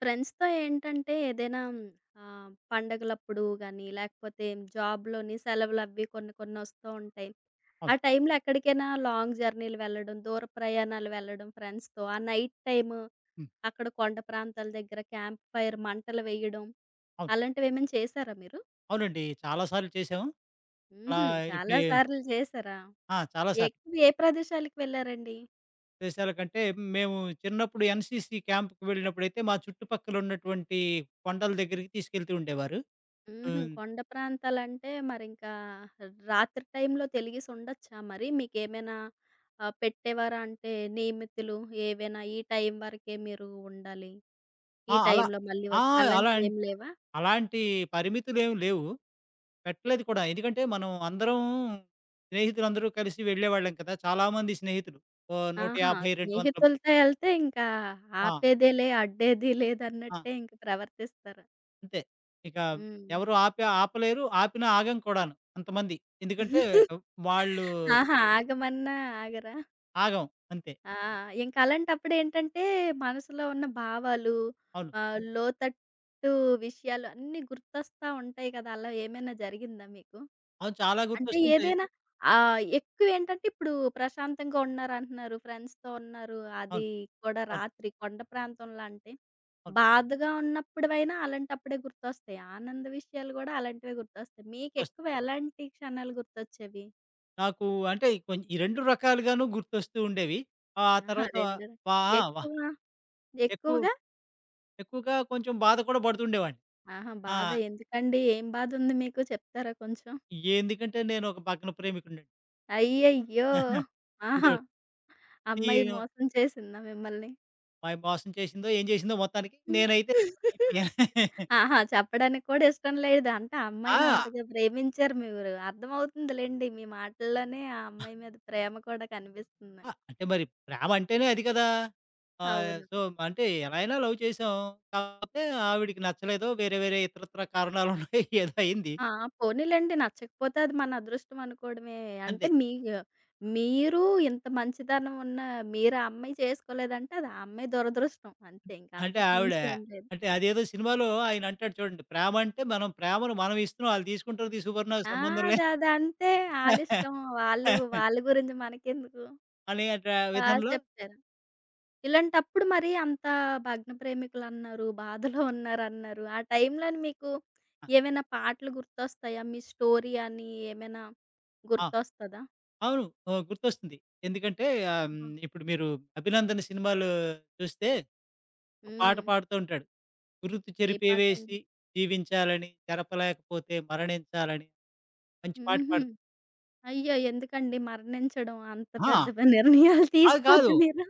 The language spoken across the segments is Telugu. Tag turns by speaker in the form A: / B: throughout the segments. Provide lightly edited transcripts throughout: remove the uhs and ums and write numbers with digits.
A: ఫ్రెండ్స్‌తో ఏంటంటే ఏదైనా పండగలప్పుడు గానీ, లేకపోతే జాబ్‌లోని సెలవులవి కొన్ని కొన్నొస్తూ ఉంటాయి. ఆ
B: అవును.
A: టైంలో ఎక్కడికైనా లాంగ్ జర్నీలు వెళ్ళడం, దూర ప్రయాణాలు వెళ్ళడం ఫ్రెండ్స్‌తో. ఆ నైట్ టైమ్
B: హ్మ్.
A: అక్కడ కొండ ప్రాంతాల దగ్గర క్యాంప్ ఫైర్ మంటలు వేయడం,
B: అవును.
A: అలాంటివేమైనా చేశారా మీరు?
B: అవునండి, చాలా సార్లు చేశాము. అలా
A: హుహు. చాలా
B: ఇప్పుడే
A: సార్లు చేశారా?
B: ఆ! చాలా సార్లు.
A: ఎక్కువ ఏ ప్రదేశాలకు వెళ్లారండి?
B: ప్రదేశాల కంటే మేము చిన్నప్పుడు ఎన్‌సీసీ క్యాంప్‌కి వెళ్ళినప్పుడైతే మా చుట్టుపక్కల ఉన్నటువంటి కొండల దగ్గరికి తీసుకెళ్తూ ఉండేవారు.
A: హుహు.
B: హ్మ్.
A: కొండ ప్రాంతాలంటే మరింకా రాత్రి టైంలో తెలిగిసి ఉండొచ్చా మరి? మీకేమైనా పెట్టేవారా? అంటే నియమితులు ఏవైనా ఈ టైం వరకే మీరు ఉండాలి.
B: ఆ!
A: ఈ
B: అలా
A: టైంలో మళ్ళీ
B: ఆ!
A: వచ్చి
B: అలాం
A: అలాంటివేమి లేవా?
B: అలాంటి పరిమితులేమి లేవు. పెట్టలేదు కూడా. ఎందుకంటే మనం అందరం స్నేహితులందరూ కలిసి వెళ్ళేవాళ్ళం కదా! చాలామంది స్నేహితులు. ఓ
A: ఆహా!
B: 150, 200.
A: స్నేహితులతో ఎళ్తే ఇంకా
B: ఆ!
A: ఆపేదేలే, అడ్డేది
B: ఆ!
A: లేదన్నట్టే ఇంక ప్రవర్తిస్తారు.
B: అంతే. ఇక
A: హ్మ్.
B: ఎవరు ఆపే ఆపలేరు. ఆపినా ఆగం కూడాను అంతమంది. ఎందుకంటే వాళ్ళు
A: ఆహా! ఆగమన్నా ఆగరా?
B: ఆగం, అంతే.
A: ఆ! ఇంక అలాంటప్పుడేంటంటే, మనసులో ఉన్న భావాలు,
B: అవును.
A: లోతట్టు విషయాలు అన్నీ గుర్తొస్తా ఉంటాయి కదా! అలా ఏమైనా జరిగిందా మీకు?
B: అవును. చాలా
A: అంటే
B: గుర్తొస్తుంటాయి.
A: ఏదైనా ఎక్కువేంటంటే ఇప్పుడు ప్రశాంతంగా ఉన్నారంటున్నారు, ఫ్రెండ్స్‌తో ఉన్నారు, అది
B: అవును.
A: కూడా
B: అవును.
A: రాత్రి కొండ ప్రాంతంలో అంటే,
B: అవును.
A: బాధగా ఉన్నప్పుడువైనా అలాంటప్పుడే గుర్తొస్తాయి. ఆనంద విషయాలు గూడా అలాంటివే గుర్తొస్తాయి.
B: గుర్తొస్తాయి.
A: మీకెక్కువ ఎలాంటి క్షణాలు గుర్తొచ్చేవి?
B: నాకు అంటే కొం ఈ 2 రకాలుగాను గుర్తొస్తూ ఉండేవి. ఆ
A: ఆహా!
B: తర్వాత
A: రెండు
B: వా ఆ! వా
A: ఎక్కువ
B: ఎక్కువ
A: ఎక్కువగా?
B: ఎక్కువగా కొంచెం బాధ కూడా పడుతుండేవాడిని.
A: ఆహా!
B: ఆ!
A: బాధ ఎందుకండి? ఏం బాధుంది మీకు చెప్తారా కొంచెం?
B: ఎందుకంటే నేను ఒక భగ్న ప్రేమికుడినండి. ఇదోటి.
A: అయ్యయ్యో! ఆహా!
B: ఈ
A: అమ్మాయి మోసం చేసిందా మిమ్మల్ని?
B: మా మోసం చేసిందో, ఏం చేసిందో మొత్తానికి నేనైతే అయిపోయాను.
A: ఆహా! చెప్పడానికి కూడా ఇష్టం లేదు. అంటే ఆ అమ్మాయిని
B: ఆ!
A: అంతగా ప్రేమించారు మీరు. అర్థమవుతుందిలెండి. మీ మాటల్లోనే ఆ అమ్మాయి మీద ప్రేమ కూడా కనిపిస్తుంది.
B: ఆ! అంటే మరి ప్రేమ అంటేనే అది కదా!
A: అవును.
B: సో, అంటే ఎలా అయినా లవ్ చేసాం. కాకపోతే ఆవిడకి నచ్చలేదు. వేరే వేరే ఇతరత్ర కారణాలున్నాయి. ఏదో అయింది.
A: ఆ! పోనీలెండి. నచ్చకపోతే అది మన అదృష్టం అనుకోవడమే. అంటే
B: అంతే.
A: మీ మీరు ఇంత మంచితనం ఉన్న మీరు ఆ అమ్మాయి చేసుకోలేదంటే అది ఆ అమ్మాయి దురదృష్టం. అంతే ఇంక
B: అంటే
A: అంతకు
B: ఆవిడ
A: మించి ఏం లేదు.
B: అంటే అదేదో సినిమాలో ఆయన అంటాడు చూడండి. ప్రేమ అంటే మనం, ప్రేమను మనం ఇస్తున్నాం. ఆళ్ళు తీసుకుంటారు తీ సువర్ణ
A: ఆ!
B: సంబంధం
A: అది
B: లేదు
A: అదంతే. ఆళ్ళిష్టం. వాళ్ళు వాళ్ళ గురించి మనకెందుకు.
B: అనే ట
A: బా
B: విధంలో.
A: చెప్తారు. ఇలాంటప్పుడు మరి అంత భగ్న ప్రేమికులన్నారు, బాధలో ఉన్నారన్నారు. ఆ టైంలోని మీకు
B: ఆ!
A: ఏమైనా పాటలు గుర్తొస్తాయా? మీ స్టోరీ అని ఏమైనా
B: ఆ!
A: గుర్తొస్తదా?
B: అవును. ఓహ్! గుర్తొస్తుంది. ఎందుకంటే
A: ఆహా!
B: ఇప్పుడు మీరు 'అభినందన' సినిమాలో చూస్తే ఒక పాట
A: హ్మ్.
B: పాడుతూ ఉంటాడు. ఉరుకు
A: ఏ పాటండి?
B: చెరిపేవేసి జీవించాలని, చెరపలేకపోతే మరణించాలని మంచి పాట
A: హుహు.
B: పాడుతా.
A: అయ్యో! ఎందుకండి మరణించడం అంత
B: అహా!
A: పెద్ద పెద్ద నిర్ణయాలు
B: కాదు
A: తీసుకోవద్దు
B: కాదు.
A: మీరు.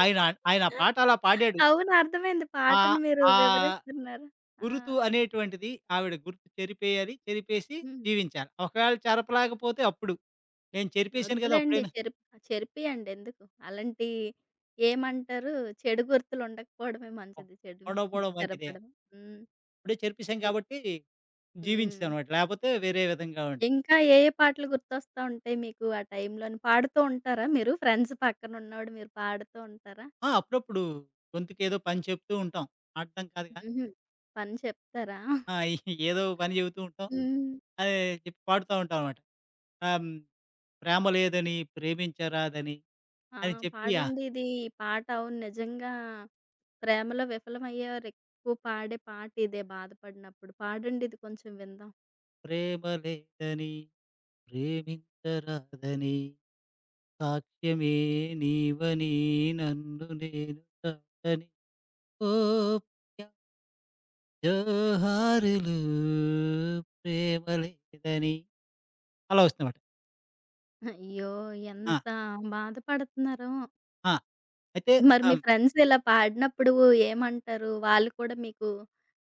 B: ఆయన ఆయన ఆ పాట అలా పాడాడు.
A: అవును. అర్థమైంది. పాటను
B: ఆహ్,
A: మీరు
B: ఆ
A: వివరిస్తున్నారు. ఆ!
B: గురుతు అనేటువంటిది ఆవిడ గుర్తు చెరిపేయాలి. చెరిపేసి
A: హ్మ్.
B: జీవించాలి. ఒకవేళ చెరపలేకపోతే అప్పుడు. నేను చెరిపేసాను కదా!
A: వద్దులేండి.
B: అప్పుడైనా
A: చెరిప్ చెరిపియండి ఎందుకు? అలాంటి ఏమంటారు? చెడు గుర్తులు ఉండకపోవడమే మంచిది. చెడు
B: ఉండకపోవడం మంచిదే.
A: చెరపడం. హ్మ్.
B: అప్పుడే చెరిపేసాం
A: ఇ
B: కాబట్టి
A: హ్మ్.
B: జీవించానమాట. లేకపోతే వేరే విధంగా ఉండు.
A: ఇంకా ఏ ఏ పాటలు గుర్తొస్తా ఉంటాయి మీకు ఆ టైంలోని? పాడుతూ ఉంటారా మీరు? ఫ్రెండ్స్ పక్కన ఉన్నప్పుడు మీరు పాడుతూ ఉంటారా?
B: ఆ! అప్పుడప్పుడు గొంతుకేదో పని చెప్తూ ఉంటాం. పాడటం కాదు కానీ
A: హుహు. పని చెప్తారా?
B: ఆ! ఏదో పని చెబుతూ ఉంటాం.
A: హ్మ్.
B: అదే చెప్పి పాడుతా ఉంటామనమాట. ఆహ్, హ్మ్. ప్రేమ లేదని ప్రేమించరాదని
A: ఆ!
B: అని చెప్పి ఆ!
A: పాడండి ఇది. ఈ పాట అవును నిజంగా ప్రేమలో విఫలమయ్యేవారు ఎక్కువ పాడే పాట ఇదే బాధపడినప్పుడు. పాడండి ఇది కొంచెం విందాం.
B: ప్రేమ లేదని ప్రేమించరాదని, సాక్ష్యమే నీవని, నన్ను నేను కాదని, ఓ ప్రియ జోహారులు ప్రేమ లేదని, అలా వస్తుందన్నమాట.
A: అయ్యో!
B: ఆ!
A: ఎంత బాధపడుతున్నారో.
B: ఆ! అయితే
A: మరి
B: ఆ!
A: మీ
B: హ్మ్.
A: ఫ్రెండ్స్ ఇలా పాడినప్పుడు ఏమంటారు? వాళ్ళు కూడా మీకు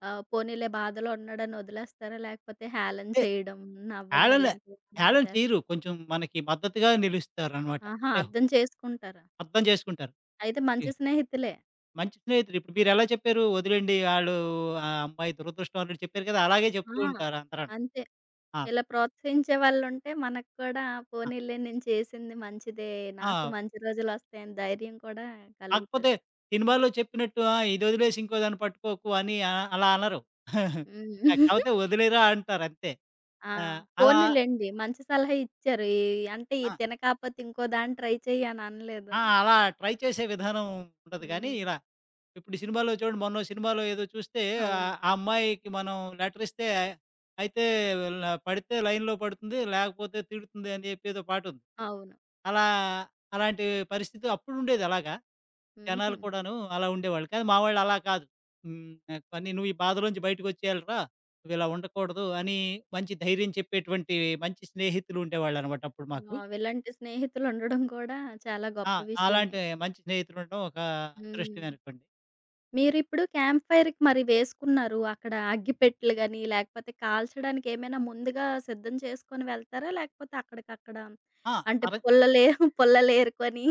A: పోనీలే బాధలో ఉన్నాడని వదిలేస్తారా? లేకపోతే హేళన
B: అంటే
A: చేయడం, నవ్వడం
B: హేళన
A: ఇలాంటివి ఏమన్నా
B: హేళన
A: చేస్
B: చేయరు. కొంచెం మనకి మద్దతుగా నిలుస్తారనమాట.
A: ఆహా!
B: అంటే
A: అర్థం చేసుకుంటారా?
B: అర్థం చేసుకుంటారు.
A: అయితే మంచి స్నేహితులే.
B: మంచి స్నేహితుడు. ఇప్పుడు మీరెలా చెప్పారు? "వదిలేండి ఆడు ఆ అమ్మాయి దురదృష్టవంతుడు" చెప్పారు కదా! అలాగే
A: ఆ!
B: చెప్తూ ఉంటారు అందరూను.
A: అంతే.
B: ఆ!
A: ఇలా ప్రోత్సహించే వాళ్ళుంటే మనకు కూడా
B: ఆ!
A: పోనీలే నేను చేసింది మంచిదే. నాకు
B: ఆ!
A: మంచి రోజులొస్తాయని ధైర్యం కూడా
B: కాకపోతే
A: కలుగుతది.
B: సినిమాలో చెప్పినట్టు ఆ! ఇదొదిలేసి ఇంకో దాన్ని పట్టుకోకు అని, ఆ అలా అనరు. ఆ!
A: హ్మ్.
B: కాపోతే వదిలేయరా అంటారంతే.
A: ఆ!
B: ఆ! అలా
A: పోనీలెండి. మంచి సలహా ఇచ్చారు. ఈ అంటే
B: ఆ!
A: ఇది తినకపోతే ఇంకో దాన్ని ట్రై చెయ్యి అని అనలేదు.
B: ఆ! అలా ట్రై చేసే విధానం ఉండదు గానీ
A: హ్మ్.
B: ఇలా ఇప్పుడు సినిమాలో చూడండి మొన్నో సినిమాలో ఏదో చూస్తే
A: అవును.
B: ఆ అమ్మాయికి మనం లెటర్ ఇస్తే అయితే ల పడితే లైన్‌లో పడుతుంది. లేకపోతే తిడుతుంది అని చెప్పి ఏదో పాటుంది.
A: అవును.
B: అలా అలాంటి పరిస్థితి అప్పుడుండేది అలాగా.
A: హుహు.
B: జనాలు కూడాను అలా ఉండేవాళ్ళు. కానీ మా వాళ్ళు అలా కాదు. హ్మ్. పని నువ్వు ఈ బాధలోంచి బయటకొచ్చేయాలిరా. నువ్వు ఇలా ఉండకూడదు అని మంచి ధైర్యం చెప్పేటువంటి మంచి స్నేహితులు ఉండేవాళ్ళనమాట అప్పుడు మాకు.
A: వావ్! ఇలాంటి స్నేహితులుండడం కూడా చాలా
B: ఆ!
A: గొప్ప విషయమే.
B: అలాంటి మంచి స్నేహితులుండడం ఒక
A: హ్మ్.
B: అదృష్టమే అనుకోండి.
A: మీరిప్పుడు క్యాంప్ ఫైర్‌కి మరి వేసుకున్నారు. అక్కడ అగ్గిపెట్టెలు గాని, లేకపోతే కాల్చడానికి ఏమైనా ముందుగా సిద్ధం చేసుకొని వెళ్తారా? లేకపోతే అక్కడికక్కడ
B: ఆ!
A: అంటే
B: తర
A: పుల్లలే పుల్లలేరుకొని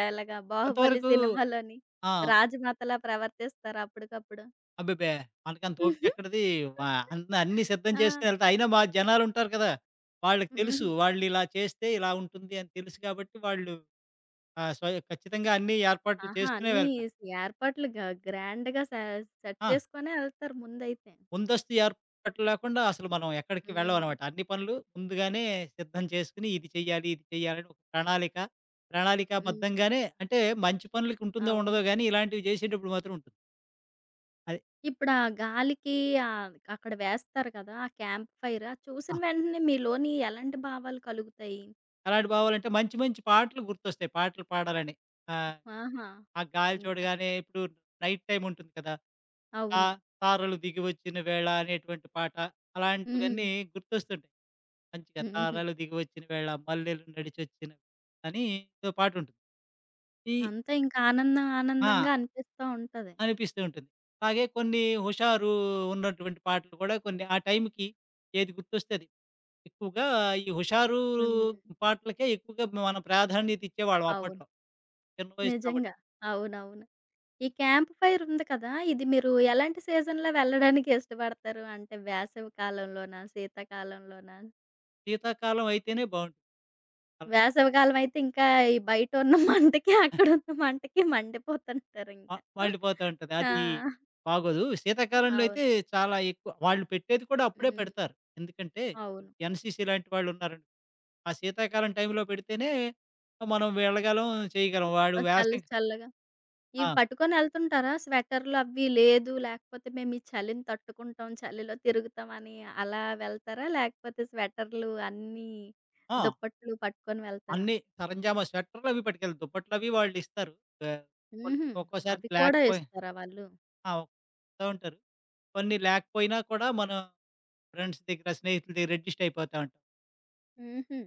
A: ఎలాగా 'బాహుబలి'
B: కొంతవరకు
A: సినిమాలోని
B: ఆ!
A: రాజమాతలా ప్రవర్తిస్తారా అప్పటికప్పుడు?
B: అబ్బెబ్బే! మనకంత
A: హుహు.
B: ఓపికెక్కడిది. వా అన్న అన్నీ సిద్ధం
A: ఆ!
B: చేసుకొని ఎళ్తా. అయినా మా జనాలుంటారు కదా! వాళ్ళకి తెలుసు.
A: హుహు.
B: వాళ్ళిలా చేస్తే ఇలా ఉంటుంది అని తెలుసు కాబట్టి వాళ్ళు స్వయ ఖచ్చితంగా అన్ని ఏర్పాట్లు
A: ఆహా!
B: చేస్తూనే
A: అన్నీ
B: వెళ్తా.
A: స్ ఏర్పాట్లు గ గ్రాండ్‌గా సె సెట్
B: ఆ!
A: చేసుకొనే ఎళ్తారు ముందైతే.
B: ముందస్తు ఏర్పాట్లు లేకుండా అసలు మనం ఎక్కడికి
A: హ్మ్.
B: వెళ్ళమనమాట. అన్ని పనులు ముందుగానే సిద్ధం చేసుకొని ఇది చెయ్యాలి, ఇది చెయ్యాలని ఒక ప్రణాళిక.
A: హ్మ్.
B: ప్రణాళికాబద్ధంగానే అంటే మంచి పనులకి ఉంటుందో
A: అవును.
B: ఉండదో గానీ ఇలాంటివి చేసేటప్పుడు మాత్రం ఉంటుంది. అది.
A: ఇప్పుడు ఆ గాలికి అక్కడ వేస్తారు కదా! ఆ క్యాంప్ ఫైర్ అది చూసిన
B: ఆ!
A: వెంటనే మీలోని ఎలాంటి భావాలు కలుగుతాయి?
B: అలాంటివి బావాలంటే మంచి మంచి పాటలు గుర్తొస్తాయి పాటలు పాడాలని. ఆహ్.
A: ఆహా!
B: ఆ గాలి
A: ఇంకా
B: చూడగానే ఇప్పుడు నైట్ టైమ్ ఉంటుంది కదా! తా
A: అవును.
B: తారలు దిగి వచ్చిన వేళ అనేటువంటి పాట.
A: హ్మ్.
B: అలాంటివన్నీ గుర్తొస్తుంటాయి. మంచిగా
A: హుహు.
B: తారలు దిగి వచ్చిన వేళ మల్లెలు నడిచొచ్చిన అని ఏదో పాటుంటుంది. ఈ
A: అంతా ఇంకా ఆనందం
B: ఆ!
A: ఆనందంగా అనిపిస్తా ఉంటది.
B: అనిపిస్తూ ఉంటుంది. అలాగే కొన్ని హుషారు ఉన్నటువంటి పాటలు కూడా కొన్ని ఆ టైంకి ఏది గుర్తొస్తే అది. ఎక్కువగా ఈ హుషారు
A: హ్మ్.
B: పాటలకే ఎక్కువగా మనం ప్రాధాన్యత ఇచ్చేవాళ్ళం
A: అవును.
B: అప్పట్లో. చిన్న వయసు కాబట్టి.
A: నిజంగా. అవునవును. ఈ క్యాంప్ ఫైర్ ఉంది కదా! ఇది మీరు ఎలాంటి సీజన్‌లో వెళ్ళడానికి ఇష్టపడతారు? అంటే వేసవి కాలంలోనా? శీతాకాలంలోనా?
B: శీతాకాలం అయితేనే బావుంటుంది. అలా
A: వేసవికాలం అయితే ఇంకా ఈ బయట ఉన్న మంటకి, అక్కడ ఉన్న మంటకి మండిపోతుంటారు
B: మ
A: ఇంకా.
B: మండిపోతూ ఉంటది.
A: ఆ!
B: అది బాగోదు. శీతాకాలంలో
A: అవును.
B: అయితే చాలా ఎక్కువ వాళ్ళు పెట్టేది కూడా అప్పుడే
A: హ్మ్.
B: పెడతారు. ఎందుకంటే
A: అవును.
B: ఎన్‌సీసీ లాంటి వాళ్ళున్నారండి. ఆ శీతాకాలం టైంలో పెడితేనే మనం వెళ్ళగలం, చేయగలం. వాడు
A: సో, చల్ల
B: వేసవికి
A: చల్లగా ఇవి
B: ఆ!
A: పట్టుకొని ఎళ్తుంటారా? స్వెటర్‌లు అవి లేదు, లేకపోతే మేము ఈ చలిని తట్టుకుంటాం, చలిలో తిరుగుతాం అని అలా వెళ్తారా? లేకపోతే స్వెటర్‌లు అన్నీ
B: ఆ!
A: దుప్పట్లు పట్టుకొని వెళ్తారా?
B: అన్నీ సరంజామా స్వెటర్‌లవి పట్టుకెళ్ళి దుప్పట్లవి వాళ్ళిస్తారు. ఆహ్, కొన్ని
A: హుహు.
B: ఒక్కోసారి
A: అవి కూడా
B: లేకపోయి
A: ఇస్తారా వాళ్ళు?
B: ఆ! వస్తా ఉంటారు. కొన్ని లేకపోయినా కూడా మనం ఫ్రెండ్స్ దగ్గర, స్నేహితుల దగ్గర అడ్జస్ట్ అయిపోతా ఉంటాం.
A: హుహు.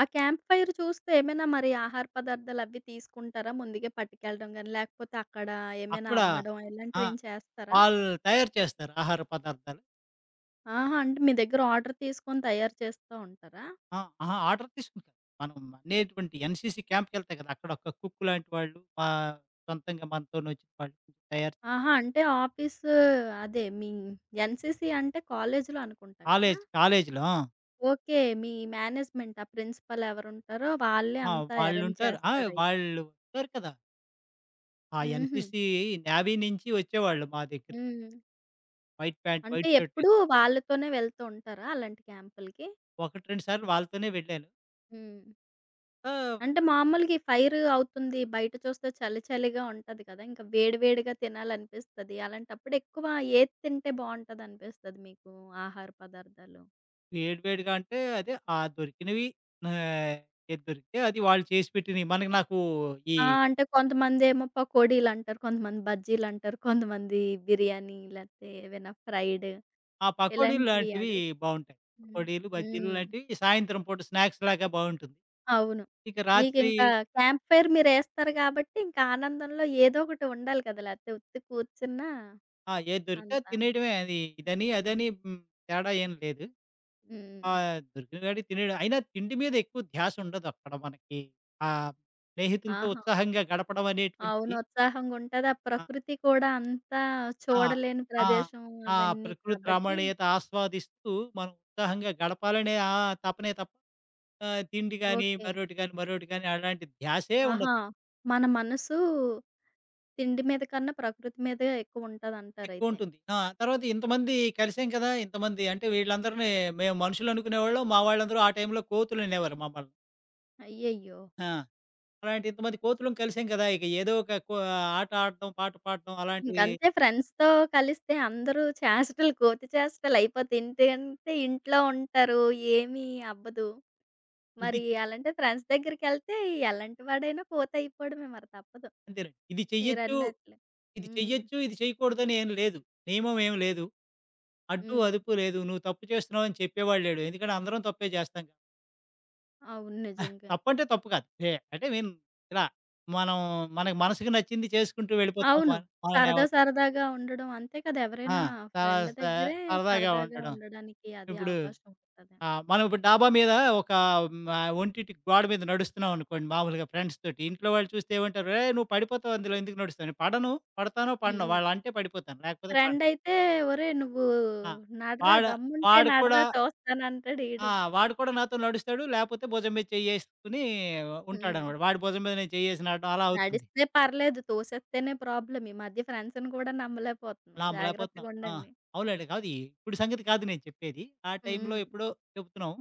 A: ఆ క్యాంప్ ఫైర్ చూస్తే ఏమైనా మరి ఆహార పదార్థాలవి తీసుకుంటారా? ముందుగే పట్టుకెళ్ళడం గాని, లేకపోతే అక్కడ ఏమైనా
B: అక్కడ
A: అమ్మడం
B: ఆ!
A: ఇలాంటివేం చేస్తారా?
B: వాళ్ళు తయారు చేస్తారు ఆహార పదార్థాలు.
A: ఆహా! అంటే మీ దగ్గర ఆర్డర్ తీసుకొని తయారు చేస్తా ఉంటారా?
B: ఆ! అహా! ఆర్డర్ తీసుకుని కాదు. మనం అనేటువంటి ఎన్‌సీసీ క్యాంప్‌కెళ్తాయి కదా! అక్కడ ఒక కుక్ లాంటి వాళ్ళు ఆహ్, సొంతంగా మనతోనొచ్చిన వాళ్ళు తయారు.
A: ఆహా! అంటే ఆఫీసు అదే మీ ఎన్‌సీసీ అంటే కాలేజీలో అనుకుంటా కదా!
B: కాలేజ్‌లో. ఆ!
A: ఓకే. మీ మేనేజ్‌మెంట్ ఆ ప్రిన్సిపల్ ఎవరుంటారో వాళ్ళే
B: ఆ!
A: అంతా అరేంజ్
B: వాళ్ళుంటారు. ఆ!
A: చేస్తారైతే.
B: వాళ్ళు ఉంటారు కదా! ఆ
A: హుహు.
B: ఎన్‌సీసీ నేవీ నుంచి వచ్చేవాళ్ళు మా దగ్గరికి.
A: హ్మ్.
B: వైట్ ప్యాంట్,
A: అంటే
B: వైట్ షర్ట్
A: ఎప్పుడూ
B: వేసి.
A: వాళ్ళతోనే వెళ్తూ ఉంటారా అలాంటి క్యాంపులకి?
B: 1, 2 సార్లు వాళ్ళతోనే వెళ్ళాను.
A: హ్మ్.
B: ఆ!
A: అంటే మామూలుగా ఈ ఫైర్ అవుతుంది. బయట చూస్తే చలి చలిగా ఉంటది కదా! ఇంకా వేడి వేడిగా తినాలనిపిస్తది. అలాంటప్పుడు ఎక్కువ ఏది తింటే బావుంటదనిపిస్తది మీకు ఆహార పదార్థాలు?
B: వేడి వేడిగా అంటే అదే ఆ దొరికినవి, ఆహ్, ఏది దొరికితే అది వాళ్ళు చేసి పెట్టినవి. మనకి నాకు ఈ
A: ఆ! అంటే కొంతమందేమో పకోడీలంటారు. కొంతమంది బజ్జీలంటారు. కొంతమంది బిర్యానీ లేతే ఏవైనా ఫ్రైడ్
B: ఆ! పకోడీలు
A: ఇలాంటివి
B: లాంటివి
A: అడుగు
B: బావుంటాయి.
A: హ్మ్.
B: పకోడీలు, బజ్జీలు
A: హ్మ్.
B: లాంటివి సాయంత్రం పూట స్నాక్స్ లాగా బావుంటుంది.
A: అవును.
B: ఇక రాత్రి
A: మీకింకా క్యాంప్ ఫైర్ మీరేస్తారు గాబట్టి, ఇంకా ఆనందంలో ఏదో ఒకటి ఉండాలి కదా! లేతే ఉత్తి కూర్చున్నా
B: ఆ! ఏది దొరికితే అది
A: అంతా.
B: తినేయడమే. అది ఇదని,
A: హ్మ్.
B: అదని హ్మ్. తేడా ఏం లేదు.
A: హ్మ్.
B: దొరికిన కాడికి తినేయడం. అయినా తిండి మీద ఎక్కువ ధ్యాస ఉండదు అక్కడ మనకి. ఆహ్, స్నేహితులతో
A: ఆహా!
B: ఉత్సాహంగా గడపడం
A: అవును.
B: అనేటువంటిది.
A: ఉత్సాహంగుంటది. ఆ
B: ఆ!
A: ప్రకృతి కూడా అంతా
B: ఆ!
A: చూడలేని
B: ఆ!
A: ప్రదేశం
B: ఆ
A: అవన్నీ
B: ప్రకృతి
A: కాబట్టి
B: రమణీయత ఆస్వాదిస్తూ మనం ఉత్సాహంగా గడపాలనే ఆ తపనే తప్ప తిండి గాని,
A: ఓకే.
B: మరోటి గాని, మరోటి గాని అలాంటి ధ్యాసే
A: ఆహా!
B: ఉండదు.
A: మన మనసు తిండి మీద కన్నా ప్రకృతి మీదే ఎక్కువుంటదంటారయితే.
B: ఎక్కువుంటుంది. ఆ! తర్వాత ఇంతమంది కలిసాం కదా! ఇంతమంది అంటే వీళ్ళందరిని మేము మనుషులు అనుకునేవాళ్ళం. మా వాళ్ళందరూ ఆ టైంలో కోతులనేవారు మమ్మల్ని.
A: అయ్యయ్యో!
B: ఆ! అలాంటి ఇంతమంది కోతులం కలిసాం కదా! ఇక ఏదో ఒక కో ఆట ఆడటం, పాట పాడటం అలాంటి
A: ఇంకంతే ఫ్రెండ్స్‌తో కలిస్తే అందరూ చేష్టలు కోతి చేష్టలయిపోతాయి. ఇంటి అంటే ఇంట్లో ఉంటారు. ఏమీ అవ్వదు.
B: ఇది
A: మరి అలాంటి ఫ్రెండ్స్ దగ్గరికెళ్తే ఎలాంటి వాడైనా కోతయిపోవడమే మరి తప్పదు.
B: అంతేనండి. ఇది చెయ్యొచ్చు,
A: మీరన్నట్లు. హ్మ్.
B: ఇది చేయకూడదని ఏం లేదు. నియమం ఏం లేదు. అడ్డు,
A: హ్మ్.
B: అదుపు లేదు. నువ్వు తప్పు చేస్తున్నావని చెప్పేవాడు లేడు. ఎందుకంటే అందరం తప్పే చేస్తాం గా.
A: అవును. నిజంగా.
B: తప్పంటే తప్పు కాదు. ఏ అంటే మీన్ ఇలా మనం మనకి మనసుకు నచ్చింది చేసుకుంటూ వెళ్ళిపోతాం.
A: అవును.
B: మన
A: సరదా
B: మనల్నెవరు
A: సరదాగా ఉండడం అంతే కదా!
B: ఆ!
A: ఎవరైనా
B: చాలా
A: ఫ్రెండ్
B: స
A: దగ్గరే
B: సరదాగా
A: సరదాగా
B: ఉండడం.
A: ఉండడానికి అది
B: ఇప్పుడు
A: అవకాశం ఉంటది.
B: మనం ఇప్పుడు డాబా మీద ఒక ఒంటింటికి గోడ మీద నడుస్తున్నాం అనుకోండి మామూలుగా ఫ్రెండ్స్ తోటి. ఇంట్లో వాళ్ళు చూస్తే ఏమంటారు, "ఏయ్! నువ్వు పడిపోతావు అందులో ఎందుకు నడుస్తావు." పడను. పడతానో, పడనో
A: హ్మ్.
B: వాళ్ళంటే పడిపోతాను. లేకపోతే పడను.
A: ఫ్రెండయితే "ఒరేయ్! నువ్వు
B: ఆ!
A: నడరా
B: వాడ
A: దమ్ముంటే
B: వాడు కూడా
A: నడరా చూస్తానంటాడు"
B: ఆ!
A: ఈడు.
B: వాడు కూడా నాతో నడుస్తాడు. లేపోతే భుజం మీద చెయ్యేసుకొని
A: హ్మ్.
B: ఉంటాడనమాట. వాడి భుజం మీద నేను చెయ్యేసి నడవడం అలా అవుతుంది.
A: నడిస్తే పర్లేదు. తోసేస్తేనే ప్రాబ్లమ్. ఈ మధ్య ఫ్రెండ్స్‌ని కూడా నమ్మలేకపోతున్నాం.
B: లాం లేపోతున్నాం. ఆ!
A: జాగ్రత్తగుండండి.
B: అవునండి. కాదు ఇప్పుడు సంగతి కాదు నేను చెప్పేది. ఆ టైంలో
A: హ్మ్.
B: ఎప్పుడో చెప్తున్నాం.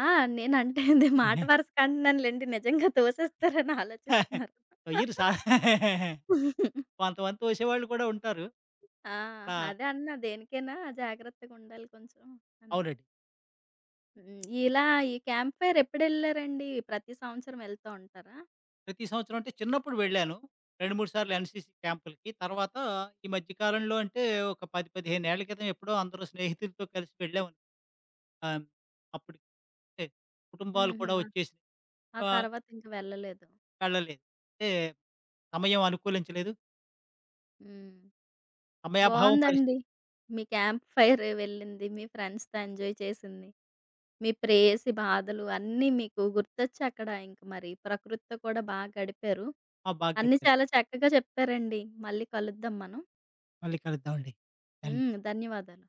A: ఆ! నేనంటే ఇది మాట వరసకు అంటున్నానులెండి. నిజంగా తోసేస్తారని ఆలోచిస్తున్నారు.
B: తొయ్యరు సా కొంతమంది తోసేవాళ్ళు కూడా ఉంటారు.
A: ఆ!
B: ఆ!
A: అదే అన్నా దేనికైనా జాగ్రత్తగుండాలి కొంచెం అని.
B: అవునండి.
A: హ్మ్. ఇలా ఈ క్యాంప్ ఫైర్ ఎప్పుడెళ్లారండి? ప్రతి సంవత్సరం వెళ్తూ ఉంటారా?
B: ప్రతి సంవత్సరం అంటే చిన్నప్పుడు వెళ్ళాను. 2, 3 సార్లు ఎన్‌సీసీ క్యాంపులకి. తర్వాత ఈ మధ్య కాలంలో అంటే ఒక 10, 15 ఏళ్ల క్రితం ఎప్పుడో అందరూ స్నేహితులతో కలిసి వెళ్ళాం. ఆహ్, అప్పుడు అంటే కుటుంబాలు
A: హుహు.
B: కూడా
A: ఆ
B: వచ్చేసినయి.
A: ఆ
B: ఆహ్,
A: తర్వాత ఇంక వెళ్ళలేదు.
B: వెళ్ళలేదు. అంటే సమయం అనుకూలించలేదు.
A: హ్మ్.
B: సమయాభావం పరిస్థితి.
A: బావుందండి. మీ క్యాంప్ ఫైర్ వెళ్ళింది. మీ ఫ్రెండ్స్‌తో ఎంజాయ్ చేసింది. మీ ప్రేయసి బాధలు అన్నీ మీకు గుర్తొచ్చక్కడ ఇంక మరి. ప్రకృతితో కూడా బా గడిపారు.
B: ఆ! బాగా
A: అన్నీ
B: గడిపాను.
A: చాలా చక్కగా చెప్పారండి. మళ్ళీ కలుద్దాం మనం.
B: మళ్ళీ కలుద్దామండి. ధన్య
A: హ్మ్. ధన్యవాదాలు.